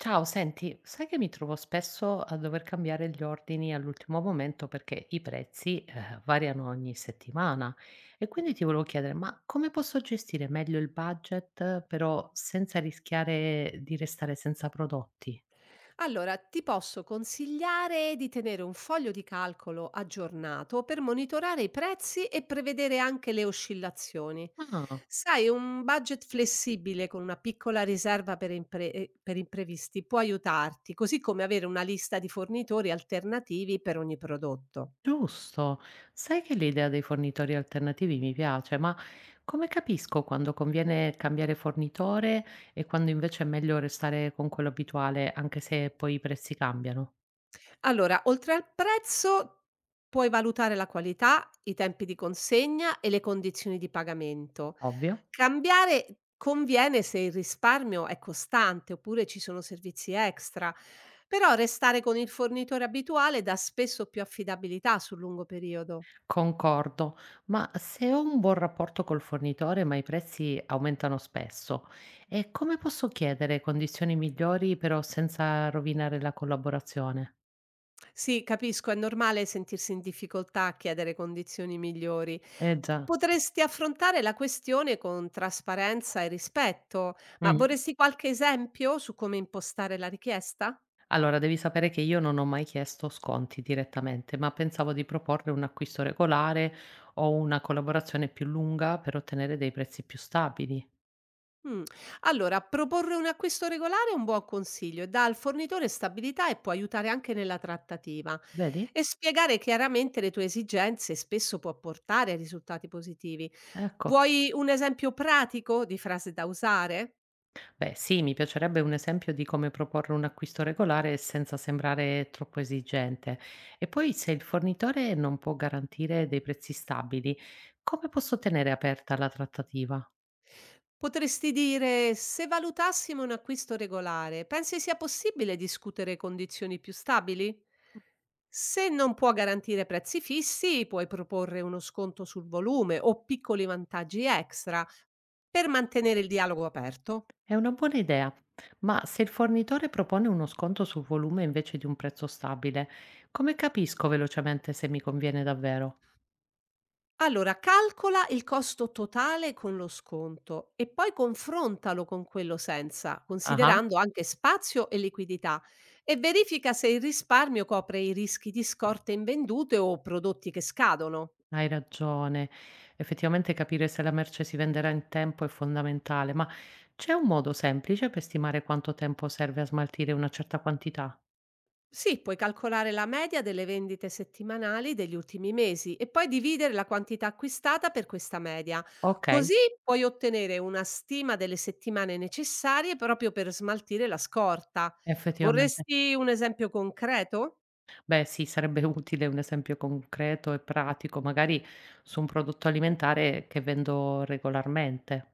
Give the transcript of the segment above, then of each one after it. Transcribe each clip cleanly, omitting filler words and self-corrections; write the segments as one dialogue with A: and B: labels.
A: Ciao, senti, sai che mi trovo spesso a dover cambiare gli ordini all'ultimo momento perché i prezzi, variano ogni settimana e quindi ti volevo chiedere, ma come posso gestire meglio il budget, però senza rischiare di restare senza prodotti?
B: Allora, ti posso consigliare di tenere un foglio di calcolo aggiornato per monitorare i prezzi e prevedere anche le oscillazioni.
A: Ah,
B: Sai, un budget flessibile con una piccola riserva per, per imprevisti può aiutarti, così come avere una lista di fornitori alternativi per ogni prodotto.
A: giusto. Sai che l'idea dei fornitori alternativi mi piace, ma come capisco quando conviene cambiare fornitore e quando invece è meglio restare con quello abituale, anche se poi i prezzi cambiano?
B: Allora, oltre al prezzo puoi valutare la qualità, i tempi di consegna e le condizioni di pagamento.
A: Ovvio.
B: Cambiare conviene se il risparmio è costante oppure ci sono servizi extra, però restare con il fornitore abituale dà spesso più affidabilità sul lungo periodo.
A: Concordo, ma se ho un buon rapporto col fornitore, ma i prezzi aumentano spesso, e come posso chiedere condizioni migliori però senza rovinare la collaborazione?
B: Sì, capisco, è normale sentirsi in difficoltà a chiedere condizioni migliori.
A: Eh già.
B: Potresti affrontare la questione con trasparenza e rispetto, ma
A: Mm.
B: vorresti qualche esempio su come impostare la richiesta?
A: Allora, devi sapere che io non ho mai chiesto sconti direttamente, ma pensavo di proporre un acquisto regolare o una collaborazione più lunga per ottenere dei prezzi più stabili.
B: Mm. Allora, proporre un acquisto regolare è un buon consiglio, dà al fornitore stabilità e può aiutare anche nella trattativa.
A: Vedi?
B: E spiegare chiaramente le tue esigenze spesso può portare a risultati positivi.
A: Ecco.
B: Vuoi un esempio pratico di frase da usare?
A: Beh, sì, mi piacerebbe un esempio di come proporre un acquisto regolare senza sembrare troppo esigente. E poi, se il fornitore non può garantire dei prezzi stabili, come posso tenere aperta la trattativa?
B: Potresti dire: "Se valutassimo un acquisto regolare, pensi sia possibile discutere condizioni più stabili?" Se non può garantire prezzi fissi, puoi proporre uno sconto sul volume o piccoli vantaggi extra per mantenere il dialogo aperto.
A: È una buona idea, ma se il fornitore propone uno sconto sul volume invece di un prezzo stabile, come capisco velocemente se mi conviene davvero?
B: Allora, calcola il costo totale con lo sconto e poi confrontalo con quello senza,
A: Ah.
B: considerando anche spazio e liquidità, e verifica se il risparmio copre i rischi di scorte invendute o prodotti che scadono.
A: Hai ragione. Effettivamente capire se la merce si venderà in tempo è fondamentale, ma c'è un modo semplice per stimare quanto tempo serve a smaltire una certa quantità?
B: Sì, puoi calcolare la media delle vendite settimanali degli ultimi mesi e poi dividere la quantità acquistata per questa media.
A: Ok,
B: Così puoi ottenere una stima delle settimane necessarie proprio per smaltire la scorta.
A: effettivamente.
B: Vorresti un esempio concreto?
A: Beh, sì, sarebbe utile un esempio concreto e pratico, magari su un prodotto alimentare che vendo regolarmente.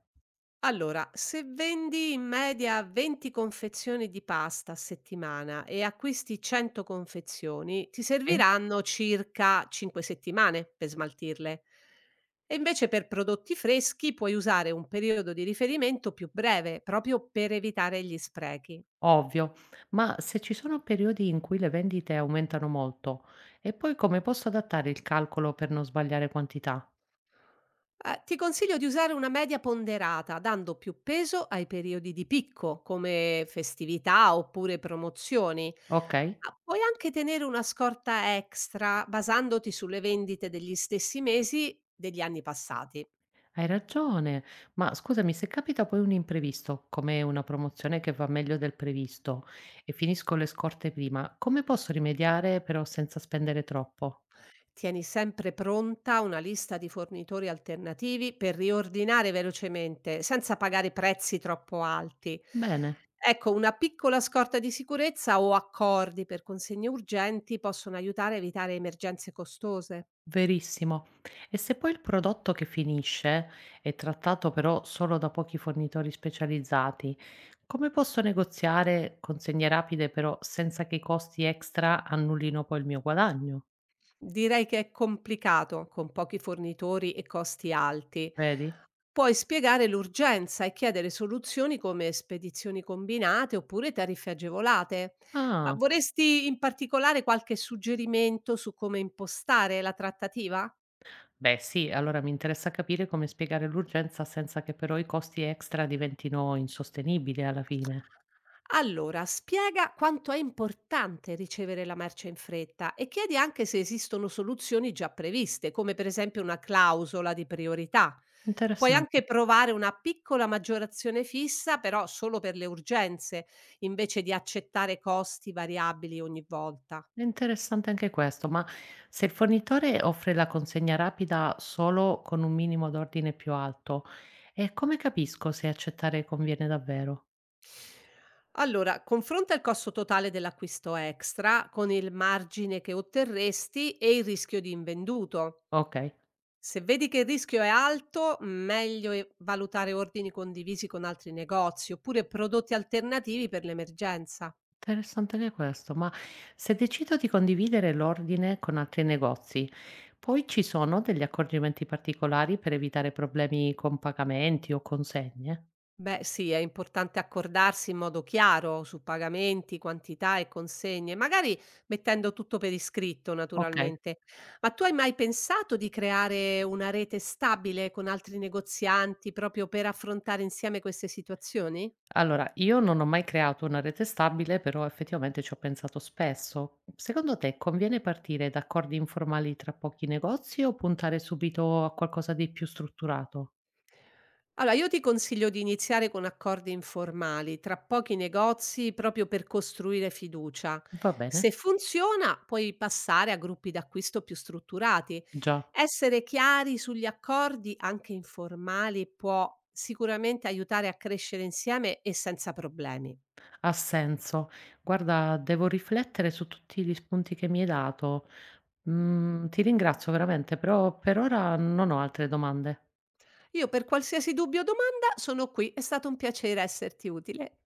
B: Allora, se vendi in media 20 confezioni di pasta a settimana e acquisti 100 confezioni, ti
A: Sì.
B: serviranno circa 5 settimane per smaltirle. E invece per prodotti freschi puoi usare un periodo di riferimento più breve, proprio per evitare gli sprechi.
A: Ovvio, ma se ci sono periodi in cui le vendite aumentano molto, e poi come posso adattare il calcolo per non sbagliare quantità?
B: Ti consiglio di usare una media ponderata, dando più peso ai periodi di picco, come festività oppure promozioni.
A: Ok?
B: Ah, puoi anche tenere una scorta extra basandoti sulle vendite degli stessi mesi degli anni passati.
A: Hai ragione, ma scusami, se capita poi un imprevisto, come una promozione che va meglio del previsto e finisco le scorte prima, come posso rimediare però senza spendere troppo?
B: Tieni sempre pronta una lista di fornitori alternativi per riordinare velocemente, senza pagare prezzi troppo alti.
A: Bene,
B: Ecco, una piccola scorta di sicurezza o accordi per consegne urgenti possono aiutare a evitare emergenze costose.
A: verissimo. E se poi il prodotto che finisce è trattato però solo da pochi fornitori specializzati, come posso negoziare consegne rapide però senza che i costi extra annullino poi il mio guadagno?
B: Direi che è complicato con pochi fornitori e costi alti.
A: Vedi?
B: Puoi spiegare l'urgenza e chiedere soluzioni come spedizioni combinate oppure tariffe agevolate. Ma
A: Ah.
B: vorresti in particolare qualche suggerimento su come impostare la trattativa?
A: Beh, sì, allora mi interessa capire come spiegare l'urgenza senza che però i costi extra diventino insostenibili alla fine.
B: Allora, spiega quanto è importante ricevere la merce in fretta e chiedi anche se esistono soluzioni già previste, come per esempio una clausola di priorità. Puoi
A: Interessante.
B: anche provare una piccola maggiorazione fissa, però solo per le urgenze, invece di accettare costi variabili ogni volta.
A: È interessante anche questo, ma se il fornitore offre la consegna rapida solo con un minimo d'ordine più alto, e come capisco se accettare conviene davvero?
B: Allora, confronta il costo totale dell'acquisto extra con il margine che otterresti e il rischio di invenduto.
A: Ok,
B: Se vedi che il rischio è alto, meglio valutare ordini condivisi con altri negozi oppure prodotti alternativi per l'emergenza.
A: interessante anche questo, ma se decido di condividere l'ordine con altri negozi, poi ci sono degli accorgimenti particolari per evitare problemi con pagamenti o consegne?
B: Beh, sì, è importante accordarsi in modo chiaro su pagamenti, quantità e consegne, magari mettendo tutto per iscritto,
A: Okay.
B: naturalmente. Ma tu hai mai pensato di creare una rete stabile con altri negozianti proprio per affrontare insieme queste situazioni?
A: Allora, io non ho mai creato una rete stabile, però effettivamente ci ho pensato spesso. Secondo te conviene partire da accordi informali tra pochi negozi o puntare subito a qualcosa di più strutturato?
B: Allora, io ti consiglio di iniziare con accordi informali, tra pochi negozi, proprio per costruire fiducia.
A: Va bene?
B: Se funziona, puoi passare a gruppi d'acquisto più strutturati.
A: Già,
B: Essere chiari sugli accordi, anche informali, può sicuramente aiutare a crescere insieme e senza problemi.
A: ha senso. Guarda, devo riflettere su tutti gli spunti che mi hai dato. Mm, ti ringrazio veramente, però per ora non ho altre domande.
B: Io per qualsiasi dubbio o domanda sono qui, è stato un piacere esserti utile.